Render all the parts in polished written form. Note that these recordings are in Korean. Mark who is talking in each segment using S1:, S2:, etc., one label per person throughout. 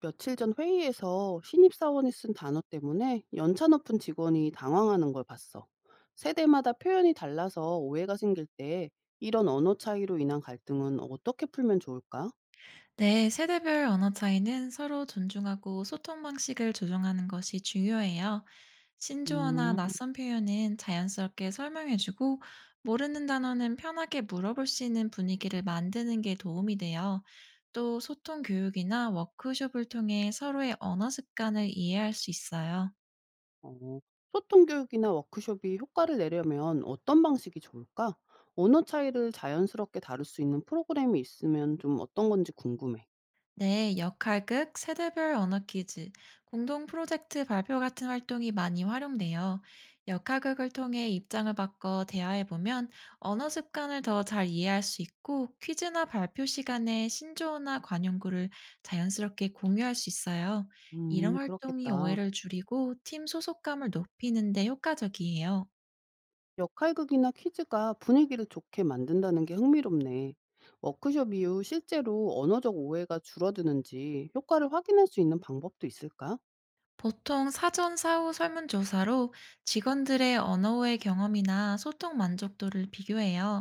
S1: 며칠 전 회의에서 신입사원이 쓴 단어 때문에 연차 높은 직원이 당황하는 걸 봤어. 세대마다 표현이 달라서 오해가 생길 때 이런 언어 차이로 인한 갈등은 어떻게 풀면 좋을까?
S2: 네, 세대별 언어 차이는 서로 존중하고 소통 방식을 조정하는 것이 중요해요. 신조어나
S1: 음,
S2: 낯선 표현은 자연스럽게 설명해주고, 모르는 단어는 편하게 물어볼 수 있는 분위기를 만드는 게 도움이 돼요. 또 소통 교육이나 워크숍을 통해 서로의 언어 습관을 이해할 수 있어요.
S1: 어, 소통 교육이나 워크숍이 효과를 내려면 어떤 방식이 좋을까? 언어 차이를 자연스럽게 다룰 수 있는 프로그램이 있으면 좀 어떤 건지 궁금해.
S2: 네, 역할극, 세대별 언어 퀴즈, 공동 프로젝트 발표 같은 활동이 많이 활용돼요. 역할극을 통해 입장을 바꿔 대화해보면 언어 습관을 더 잘 이해할 수 있고 퀴즈나 발표 시간에 신조어나 관용구를 자연스럽게 공유할 수 있어요. 이런 활동이
S1: 그렇겠다.
S2: 오해를 줄이고 팀 소속감을 높이는 데 효과적이에요.
S1: 역할극이나 퀴즈가 분위기를 좋게 만든다는 게 흥미롭네. 워크숍 이후 실제로 언어적 오해가 줄어드는지 효과를 확인할 수 있는 방법도 있을까?
S2: 보통 사전 사후 설문조사로 직원들의 언어의 경험이나 소통 만족도를 비교해요.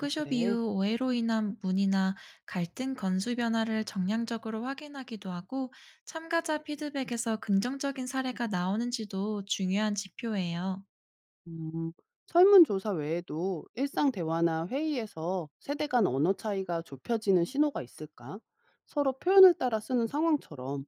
S1: 아, 그래.
S2: 이후 오해로 인한 문의나 갈등 건수 변화를 정량적으로 확인하기도 하고 참가자 피드백에서 긍정적인 사례가 나오는지도 중요한 지표예요.
S1: 음, 설문조사 외에도 일상 대화나 회의에서 세대 간 언어 차이가 좁혀지는 신호가 있을까? 서로 표현을 따라 쓰는 상황처럼.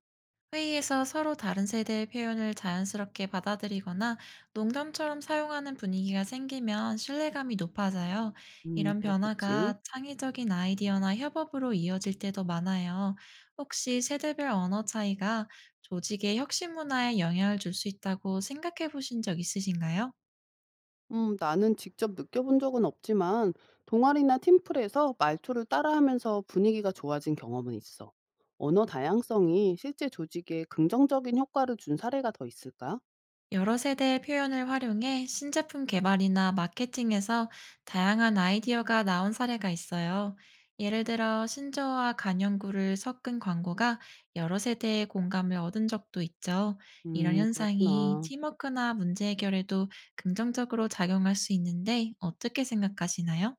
S2: 회의에서 서로 다른 세대의 표현을 자연스럽게 받아들이거나 농담처럼 사용하는 분위기가 생기면 신뢰감이 높아져요. 이런
S1: 그렇겠지.
S2: 변화가 창의적인 아이디어나 협업으로 이어질 때도 많아요. 혹시 세대별 언어 차이가 조직의 혁신 문화에 영향을 줄 수 있다고 생각해 보신 적 있으신가요?
S1: 나는 직접 느껴본 적은 없지만 동아리나 팀플에서 말투를 따라하면서 분위기가 좋아진 경험은 있어. 언어 다양성이 실제 조직에 긍정적인 효과를 준 사례가 더 있을까?
S2: 여러 세대의 표현을 활용해 신제품 개발이나 마케팅에서 다양한 아이디어가 나온 사례가 있어요. 예를 들어 신조어와 간연구를 섞은 광고가 여러 세대의 공감을 얻은 적도 있죠. 이런 현상이
S1: 그렇구나.
S2: 팀워크나 문제 해결에도 긍정적으로 작용할 수 있는데 어떻게 생각하시나요?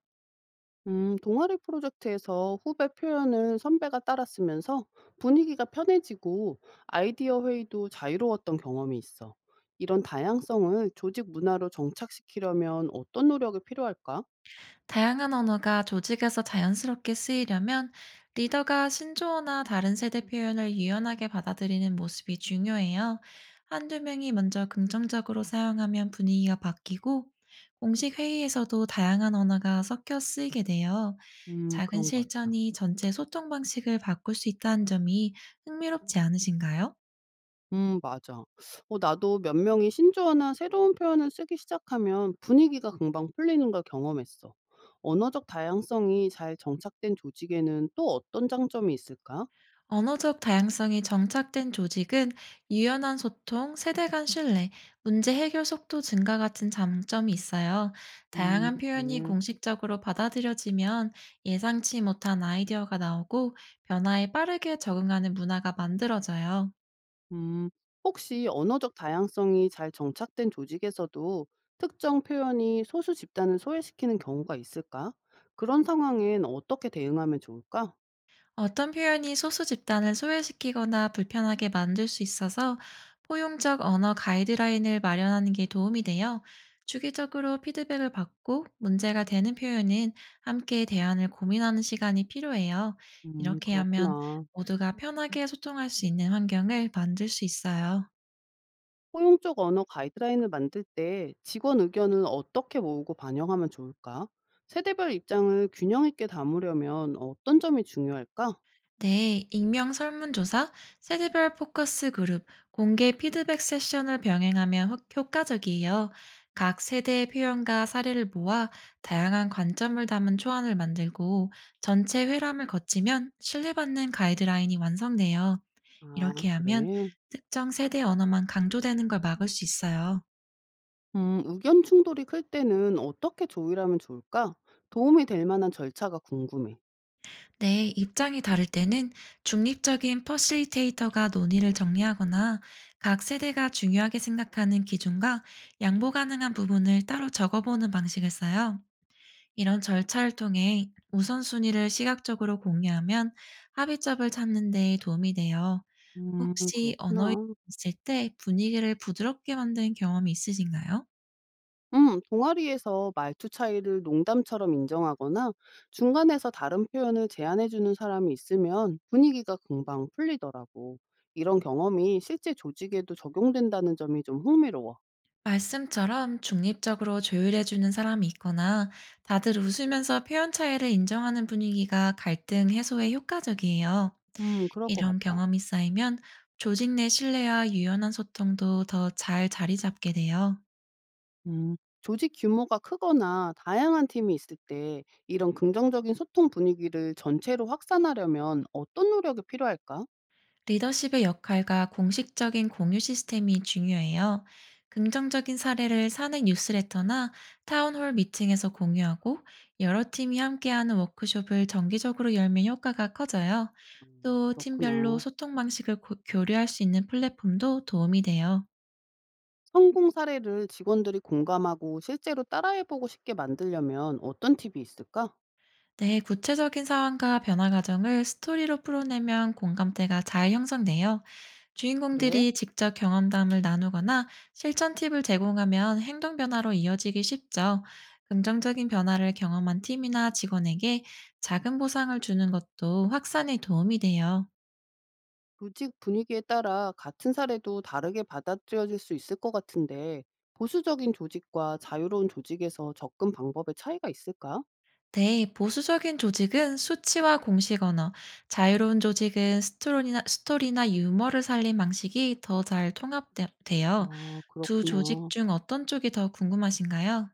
S1: 동아리 프로젝트에서 후배 표현을 선배가 따라쓰면서 분위기가 편해지고 아이디어 회의도 자유로웠던 경험이 있어. 이런 다양성을 조직 문화로 정착시키려면 어떤 노력이 필요할까?
S2: 다양한 언어가 조직에서 자연스럽게 쓰이려면 리더가 신조어나 다른 세대 표현을 유연하게 받아들이는 모습이 중요해요. 한두 명이 먼저 긍정적으로 사용하면 분위기가 바뀌고 공식 회의에서도 다양한 언어가 섞여 쓰이게 돼요. 작은
S1: 그런 것 같아.
S2: 실천이 전체 소통 방식을 바꿀 수 있다는 점이 흥미롭지 않으신가요?
S1: 음, 맞아. 나도 몇 명이 신조어나 새로운 표현을 쓰기 시작하면 분위기가 금방 풀리는 걸 경험했어. 언어적 다양성이 잘 정착된 조직에는 또 어떤 장점이 있을까?
S2: 언어적 다양성이 정착된 조직은 유연한 소통, 세대 간 신뢰, 문제 해결 속도 증가 같은 장점이 있어요.
S1: 음,
S2: 다양한 표현이
S1: 그래.
S2: 공식적으로 받아들여지면 예상치 못한 아이디어가 나오고 변화에 빠르게 적응하는 문화가 만들어져요.
S1: 음 혹시 언어적 다양성이 잘 정착된 조직에서도 특정 표현이 소수 집단을 소외시키는 경우가 있을까? 그런 상황엔 어떻게 대응하면 좋을까?
S2: 어떤 표현이 소수 집단을 소외시키거나 불편하게 만들 수 있어서 포용적 언어 가이드라인을 마련하는 게 도움이 돼요. 주기적으로 피드백을 받고 문제가 되는 표현은 함께 대안을 고민하는 시간이 필요해요.
S1: 음,
S2: 이렇게 하면
S1: 그렇구나.
S2: 모두가 편하게 소통할 수 있는 환경을 만들 수 있어요.
S1: 포용적 언어 가이드라인을 만들 때 직원 의견은 어떻게 모으고 반영하면 좋을까? 세대별 입장을 균형 있게 담으려면 어떤 점이 중요할까?
S2: 네, 익명 설문조사, 세대별 포커스 그룹, 공개 피드백 세션을 병행하면 효과적이에요. 각 세대의 표현과 사례를 모아 다양한 관점을 담은 초안을 만들고 전체 회람을 거치면 신뢰받는 가이드라인이 완성돼요.
S1: 아,
S2: 이렇게 하면
S1: 그래.
S2: 특정 세대 언어만 강조되는 걸 막을 수 있어요.
S1: 의견 충돌이 클 때는 어떻게 조율하면 좋을까? 도움이 될 만한 절차가 궁금해.
S2: 네, 입장이 다를 때는 중립적인 퍼실리테이터가 논의를 정리하거나 각 세대가 중요하게 생각하는 기준과 양보 가능한 부분을 따로 적어보는 방식을 써요. 이런 절차를 통해 우선순위를 시각적으로 공유하면 합의점을 찾는 데 도움이 돼요. 혹시 언어에
S1: 그렇구나.
S2: 있을 때 분위기를 부드럽게 만든 경험이 있으신가요?
S1: 동아리에서 말투 차이를 농담처럼 인정하거나 중간에서 다른 표현을 제안해주는 사람이 있으면 분위기가 금방 풀리더라고. 이런 경험이 실제 조직에도 적용된다는 점이 좀 흥미로워.
S2: 말씀처럼 중립적으로 조율해주는 사람이 있거나 다들 웃으면서 표현 차이를 인정하는 분위기가 갈등 해소에 효과적이에요.
S1: 그럴 것
S2: 이런
S1: 같아.
S2: 경험이 쌓이면 조직 내 신뢰와 유연한 소통도 더 잘 자리 잡게 돼요.
S1: 음, 조직 규모가 크거나 다양한 팀이 있을 때 이런 긍정적인 소통 분위기를 전체로 확산하려면 어떤 노력이 필요할까?
S2: 리더십의 역할과 공식적인 공유 시스템이 중요해요. 긍정적인 사례를 사내 뉴스레터나 타운홀 미팅에서 공유하고 여러 팀이 함께하는 워크숍을 정기적으로 열면 효과가 커져요. 또 팀별로
S1: 그렇구나.
S2: 소통 방식을 교류할 수 있는 플랫폼도 도움이 돼요.
S1: 성공 사례를 직원들이 공감하고 실제로 따라해보고 싶게 만들려면 어떤 팁이 있을까?
S2: 네, 구체적인 상황과 변화 과정을 스토리로 풀어내면 공감대가 잘 형성돼요.
S1: 그래,
S2: 주인공들이 직접 경험담을 나누거나 실천 팁을 제공하면 행동 변화로 이어지기 쉽죠. 긍정적인 변화를 경험한 팀이나 직원에게 작은 보상을 주는 것도 확산에 도움이 돼요.
S1: 조직 분위기에 따라 같은 사례도 다르게 받아들여질 수 있을 것 같은데, 보수적인 조직과 자유로운 조직에서 접근 방법의 차이가 있을까?
S2: 네, 보수적인 조직은 수치와 공식 언어, 자유로운 조직은 스토리나 유머를 살린 방식이 더 잘 통합돼요.
S1: 아,
S2: 두 조직
S1: 그렇구나.
S2: 중 어떤 쪽이 더 궁금하신가요?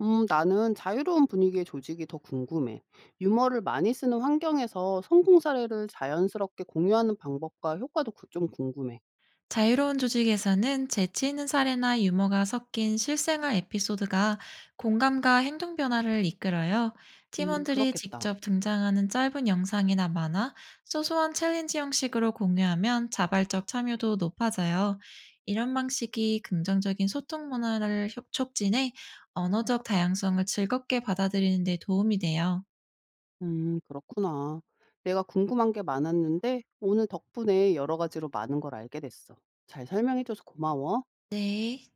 S1: 나는 자유로운 분위기의 조직이 더 궁금해. 유머를 많이 쓰는 환경에서 성공 사례를 자연스럽게 공유하는 방법과 효과도 좀 궁금해.
S2: 자유로운 조직에서는 재치 있는 사례나 유머가 섞인 실생활 에피소드가 공감과 행동 변화를 이끌어요. 팀원들이
S1: 그렇겠다.
S2: 직접 등장하는 짧은 영상이나 만화, 소소한 챌린지 형식으로 공유하면 자발적 참여도 높아져요. 이런 방식이 긍정적인 소통 문화를 촉진해 언어적 다양성을 즐겁게 받아들이는 데 도움이 돼요.
S1: 음, 그렇구나. 내가 궁금한 게 많았는데 오늘 덕분에 여러 가지로 많은 걸 알게 됐어. 잘 설명해 줘서 고마워.
S2: 네.